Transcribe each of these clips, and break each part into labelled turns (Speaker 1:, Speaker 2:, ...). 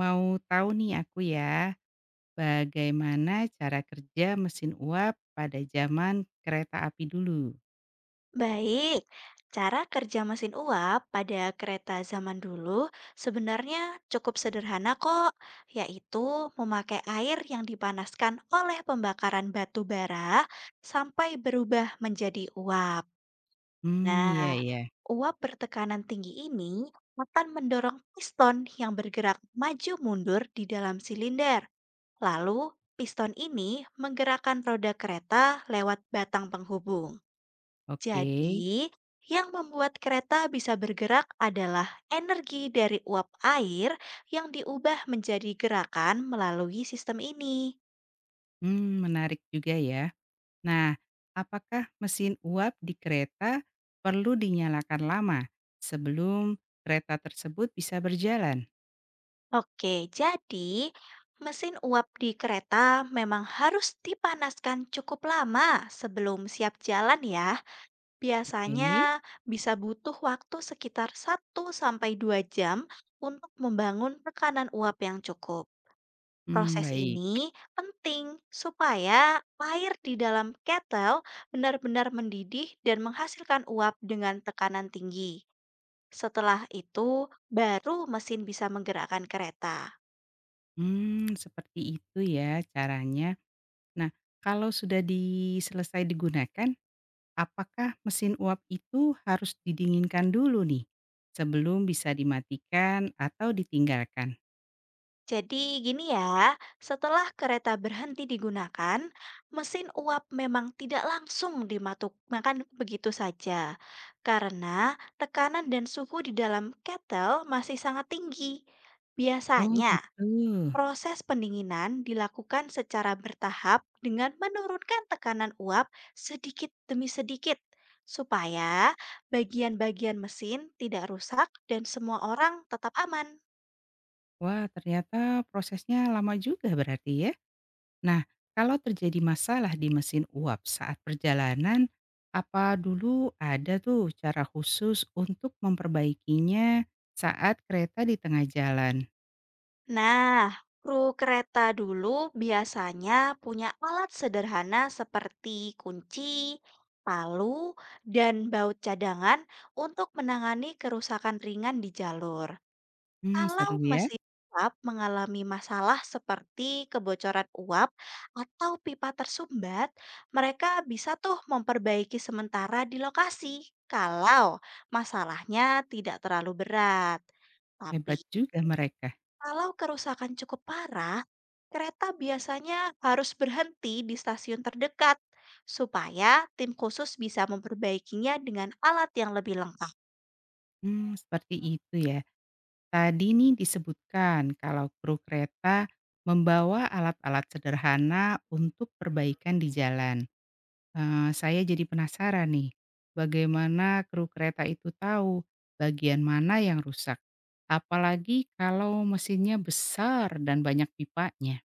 Speaker 1: Mau tahu nih aku ya, bagaimana cara kerja mesin uap pada zaman kereta api dulu?
Speaker 2: Baik, cara kerja mesin uap pada kereta zaman dulu sebenarnya cukup sederhana kok, yaitu memakai air yang dipanaskan oleh pembakaran batu bara sampai berubah menjadi uap.
Speaker 1: Hmm, iya
Speaker 2: Nah,
Speaker 1: ya.
Speaker 2: uap bertekanan tinggi ini akan mendorong piston yang bergerak maju mundur di dalam silinder. Lalu, piston ini menggerakkan roda kereta lewat batang penghubung.
Speaker 1: Oke.
Speaker 2: Jadi, yang membuat kereta bisa bergerak adalah energi dari uap air yang diubah menjadi gerakan melalui sistem ini.
Speaker 1: Hmm, menarik juga ya. Nah, apakah mesin uap di kereta perlu dinyalakan lama sebelum kereta tersebut bisa berjalan?
Speaker 2: Oke, jadi mesin uap di kereta memang harus dipanaskan cukup lama sebelum siap jalan ya. Biasanya
Speaker 1: Oke.
Speaker 2: bisa butuh waktu sekitar 1 sampai 2 jam untuk membangun tekanan uap yang cukup.
Speaker 1: Hmm,
Speaker 2: Proses
Speaker 1: baik.
Speaker 2: ini penting supaya air di dalam kettle benar-benar mendidih dan menghasilkan uap dengan tekanan tinggi. Setelah itu, baru mesin bisa menggerakkan kereta.
Speaker 1: Hmm, seperti itu ya caranya. Nah, kalau sudah diselesai digunakan, apakah mesin uap itu harus didinginkan dulu nih, sebelum bisa dimatikan atau ditinggalkan?
Speaker 2: Jadi gini ya, setelah kereta berhenti digunakan, mesin uap memang tidak langsung dimakan begitu saja. Karena tekanan dan suhu di dalam kettle masih sangat tinggi.
Speaker 1: Oh
Speaker 2: Biasanya,
Speaker 1: gitu.
Speaker 2: Proses pendinginan dilakukan secara bertahap dengan menurunkan tekanan uap sedikit demi sedikit, supaya bagian-bagian mesin tidak rusak dan semua orang tetap aman.
Speaker 1: Wah, ternyata prosesnya lama juga berarti ya. Nah, kalau terjadi masalah di mesin uap saat perjalanan, apa dulu ada tuh cara khusus untuk memperbaikinya saat kereta di tengah jalan?
Speaker 2: Nah, kru kereta dulu biasanya punya alat sederhana seperti kunci, palu, dan baut cadangan untuk menangani kerusakan ringan di jalur.
Speaker 1: Hmm,
Speaker 2: Kalau
Speaker 1: seru ya.
Speaker 2: mesin uap mengalami masalah seperti kebocoran uap atau pipa tersumbat, mereka bisa tuh memperbaiki sementara di lokasi kalau masalahnya tidak terlalu berat. Tapi
Speaker 1: Hebat juga mereka.
Speaker 2: kalau kerusakan cukup parah, kereta biasanya harus berhenti di stasiun terdekat supaya tim khusus bisa memperbaikinya dengan alat yang lebih lengkap.
Speaker 1: Hmm, seperti itu ya. Tadi nih disebutkan kalau kru kereta membawa alat-alat sederhana untuk perbaikan di jalan. Eh, saya jadi penasaran nih, bagaimana kru kereta itu tahu bagian mana yang rusak? Apalagi kalau mesinnya besar dan banyak pipanya.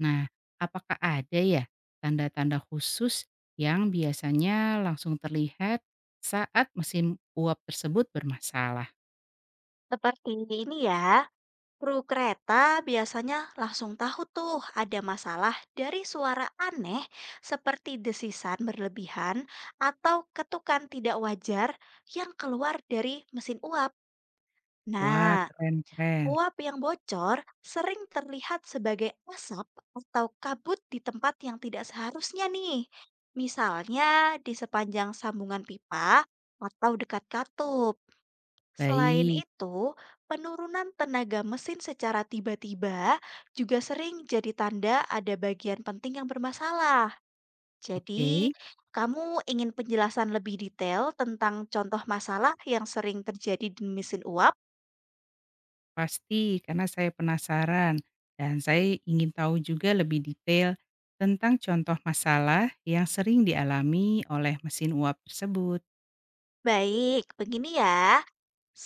Speaker 1: Nah, apakah ada ya tanda-tanda khusus yang biasanya langsung terlihat saat mesin uap tersebut bermasalah?
Speaker 2: Seperti ini ya. Kru kereta biasanya langsung tahu tuh ada masalah dari suara aneh seperti desisan berlebihan atau ketukan tidak wajar yang keluar dari mesin uap.
Speaker 1: Wah,
Speaker 2: Nah,
Speaker 1: keren-keren.
Speaker 2: uap yang bocor sering terlihat sebagai asap atau kabut di tempat yang tidak seharusnya nih. Misalnya di sepanjang sambungan pipa atau dekat katup. Selain
Speaker 1: Baik.
Speaker 2: itu, penurunan tenaga mesin secara tiba-tiba juga sering jadi tanda ada bagian penting yang bermasalah.
Speaker 1: Oke,
Speaker 2: Jadi, kamu ingin penjelasan lebih detail tentang contoh masalah yang sering terjadi di mesin uap?
Speaker 1: pasti karena saya penasaran dan saya ingin tahu juga lebih detail tentang contoh masalah yang sering dialami oleh mesin uap tersebut.
Speaker 2: Baik, begini ya.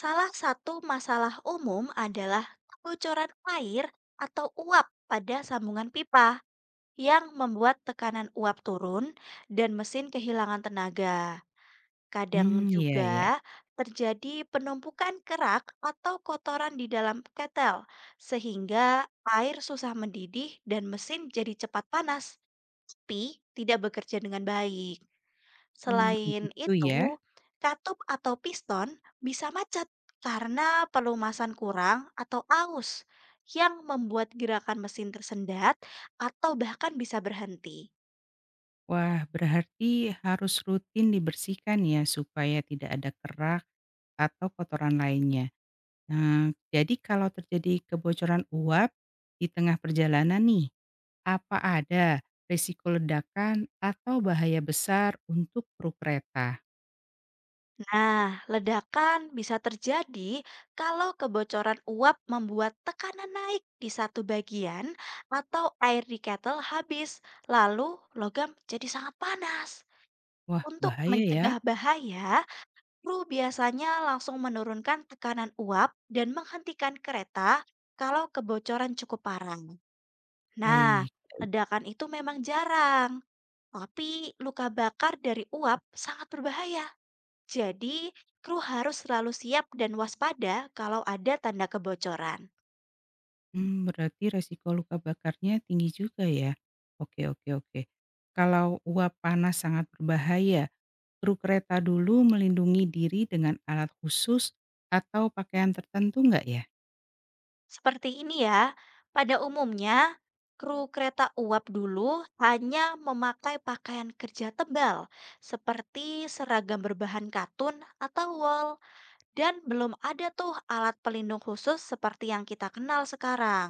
Speaker 2: Salah satu masalah umum adalah kebocoran air atau uap pada sambungan pipa yang membuat tekanan uap turun dan mesin kehilangan tenaga. Kadang
Speaker 1: Hmm, iya ya.
Speaker 2: juga terjadi penumpukan kerak atau kotoran di dalam ketel, sehingga air susah mendidih dan mesin jadi cepat panas, tapi tidak bekerja dengan baik.
Speaker 1: Hmm,
Speaker 2: Selain
Speaker 1: gitu
Speaker 2: itu,
Speaker 1: ya.
Speaker 2: katup atau piston bisa macet karena pelumasan kurang atau aus yang membuat gerakan mesin tersendat atau bahkan bisa berhenti.
Speaker 1: Wah, berarti harus rutin dibersihkan ya supaya tidak ada kerak atau kotoran lainnya. Nah, jadi kalau terjadi kebocoran uap di tengah perjalanan nih, apa ada risiko ledakan atau bahaya besar untuk kru kereta?
Speaker 2: Nah, ledakan bisa terjadi kalau kebocoran uap membuat tekanan naik di satu bagian atau air di kettle habis, lalu logam jadi sangat panas.
Speaker 1: Wah,
Speaker 2: Untuk
Speaker 1: bahaya ya.
Speaker 2: mencegah bahaya, kru biasanya langsung menurunkan tekanan uap dan menghentikan kereta kalau kebocoran cukup parah. Nah,
Speaker 1: Baik.
Speaker 2: ledakan itu memang jarang, tapi luka bakar dari uap sangat berbahaya jadi, kru harus selalu siap dan waspada kalau ada tanda kebocoran.
Speaker 1: Mmm, berarti resiko luka bakarnya tinggi juga ya. Oke, oke, oke. Kalau uap panas sangat berbahaya, kru kereta dulu melindungi diri dengan alat khusus atau pakaian tertentu nggak ya?
Speaker 2: Seperti ini ya, pada umumnya, kru kereta uap dulu hanya memakai pakaian kerja tebal, seperti seragam berbahan katun atau wol, dan belum ada tuh alat pelindung khusus seperti yang kita kenal sekarang.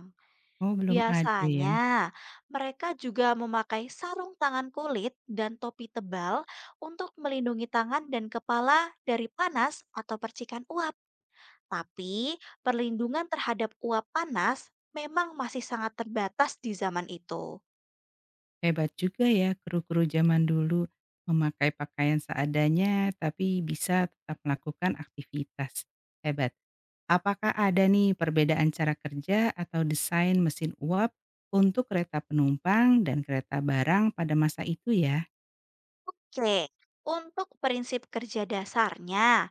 Speaker 1: Oh, belum ada ya.
Speaker 2: Biasanya, mereka juga memakai sarung tangan kulit dan topi tebal untuk melindungi tangan dan kepala dari panas atau percikan uap. Tapi, perlindungan terhadap uap panas memang masih sangat terbatas di zaman itu.
Speaker 1: Hebat juga ya kru-kru zaman dulu, memakai pakaian seadanya tapi bisa tetap melakukan aktivitas. Hebat. Apakah ada nih perbedaan cara kerja atau desain mesin uap untuk kereta penumpang dan kereta barang pada masa itu ya?
Speaker 2: Oke, untuk prinsip kerja dasarnya,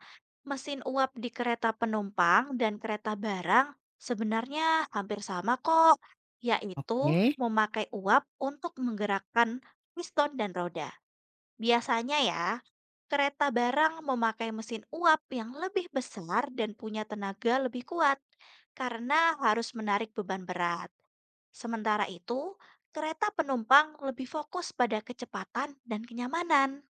Speaker 2: mesin uap di kereta penumpang dan kereta barang sebenarnya hampir sama kok, yaitu
Speaker 1: Oke,
Speaker 2: memakai uap untuk menggerakkan piston dan roda. Biasanya ya, kereta barang memakai mesin uap yang lebih besar dan punya tenaga lebih kuat karena harus menarik beban berat. Sementara itu, kereta penumpang lebih fokus pada kecepatan dan kenyamanan.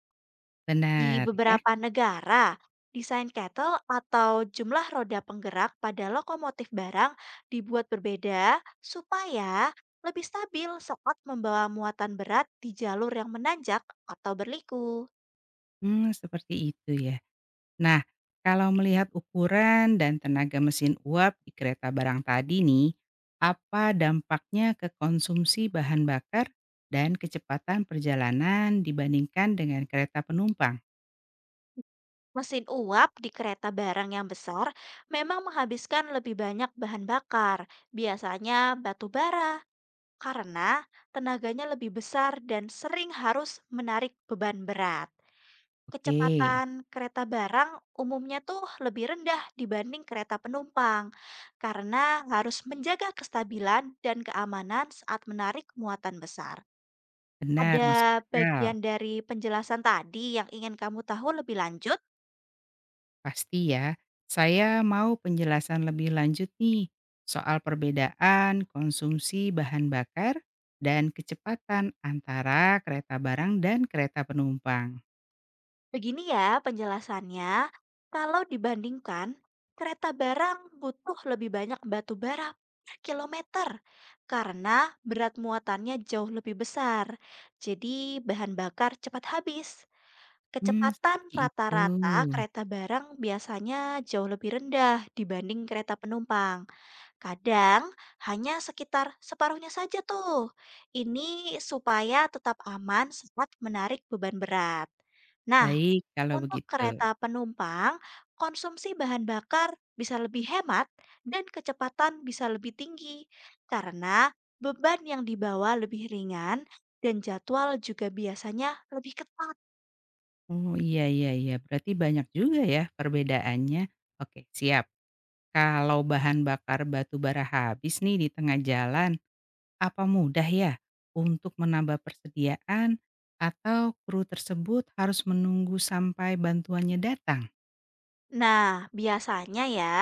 Speaker 2: Di
Speaker 1: benar ya.
Speaker 2: beberapa negara, desain kettle atau jumlah roda penggerak pada lokomotif barang dibuat berbeda supaya lebih stabil saat membawa muatan berat di jalur yang menanjak atau berliku.
Speaker 1: Hmm, seperti itu ya. Nah, kalau melihat ukuran dan tenaga mesin uap di kereta barang tadi nih, apa dampaknya ke konsumsi bahan bakar dan kecepatan perjalanan dibandingkan dengan kereta penumpang?
Speaker 2: Mesin uap di kereta barang yang besar memang menghabiskan lebih banyak bahan bakar, biasanya batu bara, karena tenaganya lebih besar dan sering harus menarik beban berat.
Speaker 1: Oke,
Speaker 2: Kecepatan kereta barang umumnya tuh lebih rendah dibanding kereta penumpang karena harus menjaga kestabilan dan keamanan saat menarik muatan besar.
Speaker 1: benar, masuk
Speaker 2: Ada
Speaker 1: akal.
Speaker 2: bagian dari penjelasan tadi yang ingin kamu tahu lebih lanjut?
Speaker 1: Pasti ya. Saya mau penjelasan lebih lanjut nih soal perbedaan konsumsi bahan bakar dan kecepatan antara kereta barang dan kereta penumpang.
Speaker 2: Begini ya penjelasannya, kalau dibandingkan, kereta barang butuh lebih banyak batu bara per kilometer karena berat muatannya jauh lebih besar. Jadi bahan bakar cepat habis.
Speaker 1: Hmm,
Speaker 2: Kecepatan
Speaker 1: seperti itu.
Speaker 2: rata-rata kereta barang biasanya jauh lebih rendah dibanding kereta penumpang. Kadang hanya sekitar separuhnya saja tuh. Ini supaya tetap aman saat menarik beban berat. Nah,
Speaker 1: Baik, kalau
Speaker 2: untuk
Speaker 1: begitu.
Speaker 2: kereta penumpang, konsumsi bahan bakar bisa lebih hemat dan kecepatan bisa lebih tinggi karena beban yang dibawa lebih ringan dan jadwal juga biasanya lebih ketat.
Speaker 1: Oh, iya, iya, iya, berarti banyak juga ya perbedaannya. Oke, siap. Kalau bahan bakar batu bara habis nih di tengah jalan, apa mudah ya untuk menambah persediaan atau kru tersebut harus menunggu sampai bantuannya datang?
Speaker 2: Nah, biasanya ya,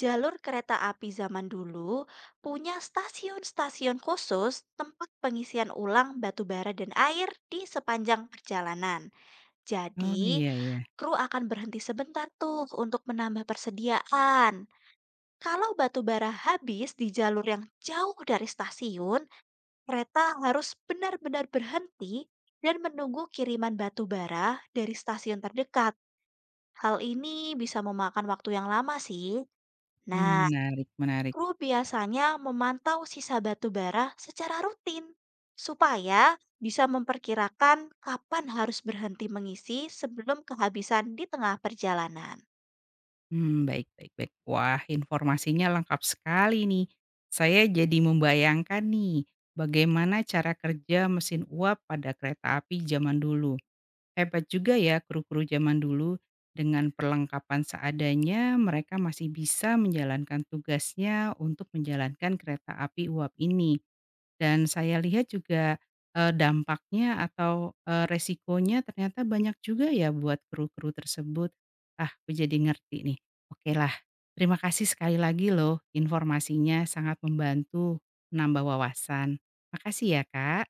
Speaker 2: jalur kereta api zaman dulu punya stasiun-stasiun khusus tempat pengisian ulang batu bara dan air di sepanjang perjalanan.
Speaker 1: Oh,
Speaker 2: Jadi,
Speaker 1: iya iya.
Speaker 2: kru akan berhenti sebentar tuh untuk menambah persediaan. Kalau batu bara habis di jalur yang jauh dari stasiun, kereta harus benar-benar berhenti dan menunggu kiriman batu bara dari stasiun terdekat. Hal ini bisa memakan waktu yang lama sih.
Speaker 1: Hmm,
Speaker 2: Nah,
Speaker 1: menarik, menarik.
Speaker 2: kru biasanya memantau sisa batu bara secara rutin supaya bisa memperkirakan kapan harus berhenti mengisi sebelum kehabisan di tengah perjalanan.
Speaker 1: Hmm, baik, baik, baik. Wah, informasinya lengkap sekali nih. Saya jadi membayangkan nih, bagaimana cara kerja mesin uap pada kereta api zaman dulu. Hebat juga ya kru-kru zaman dulu, dengan perlengkapan seadanya mereka masih bisa menjalankan tugasnya untuk menjalankan kereta api uap ini. Dan saya lihat juga, dampaknya atau, resikonya ternyata banyak juga ya buat kru-kru tersebut. Ah, aku jadi ngerti nih. Oke lah, terima kasih sekali lagi loh, informasinya sangat membantu menambah wawasan. Makasih ya Kak,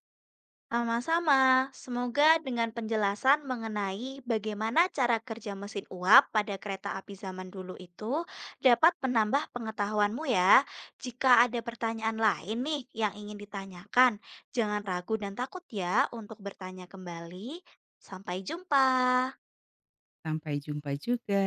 Speaker 2: Sama-sama, semoga dengan penjelasan mengenai bagaimana cara kerja mesin uap pada kereta api zaman dulu itu dapat menambah pengetahuanmu ya. Jika ada pertanyaan lain nih yang ingin ditanyakan, jangan ragu dan takut ya untuk bertanya kembali. Sampai jumpa.
Speaker 1: sampai jumpa juga.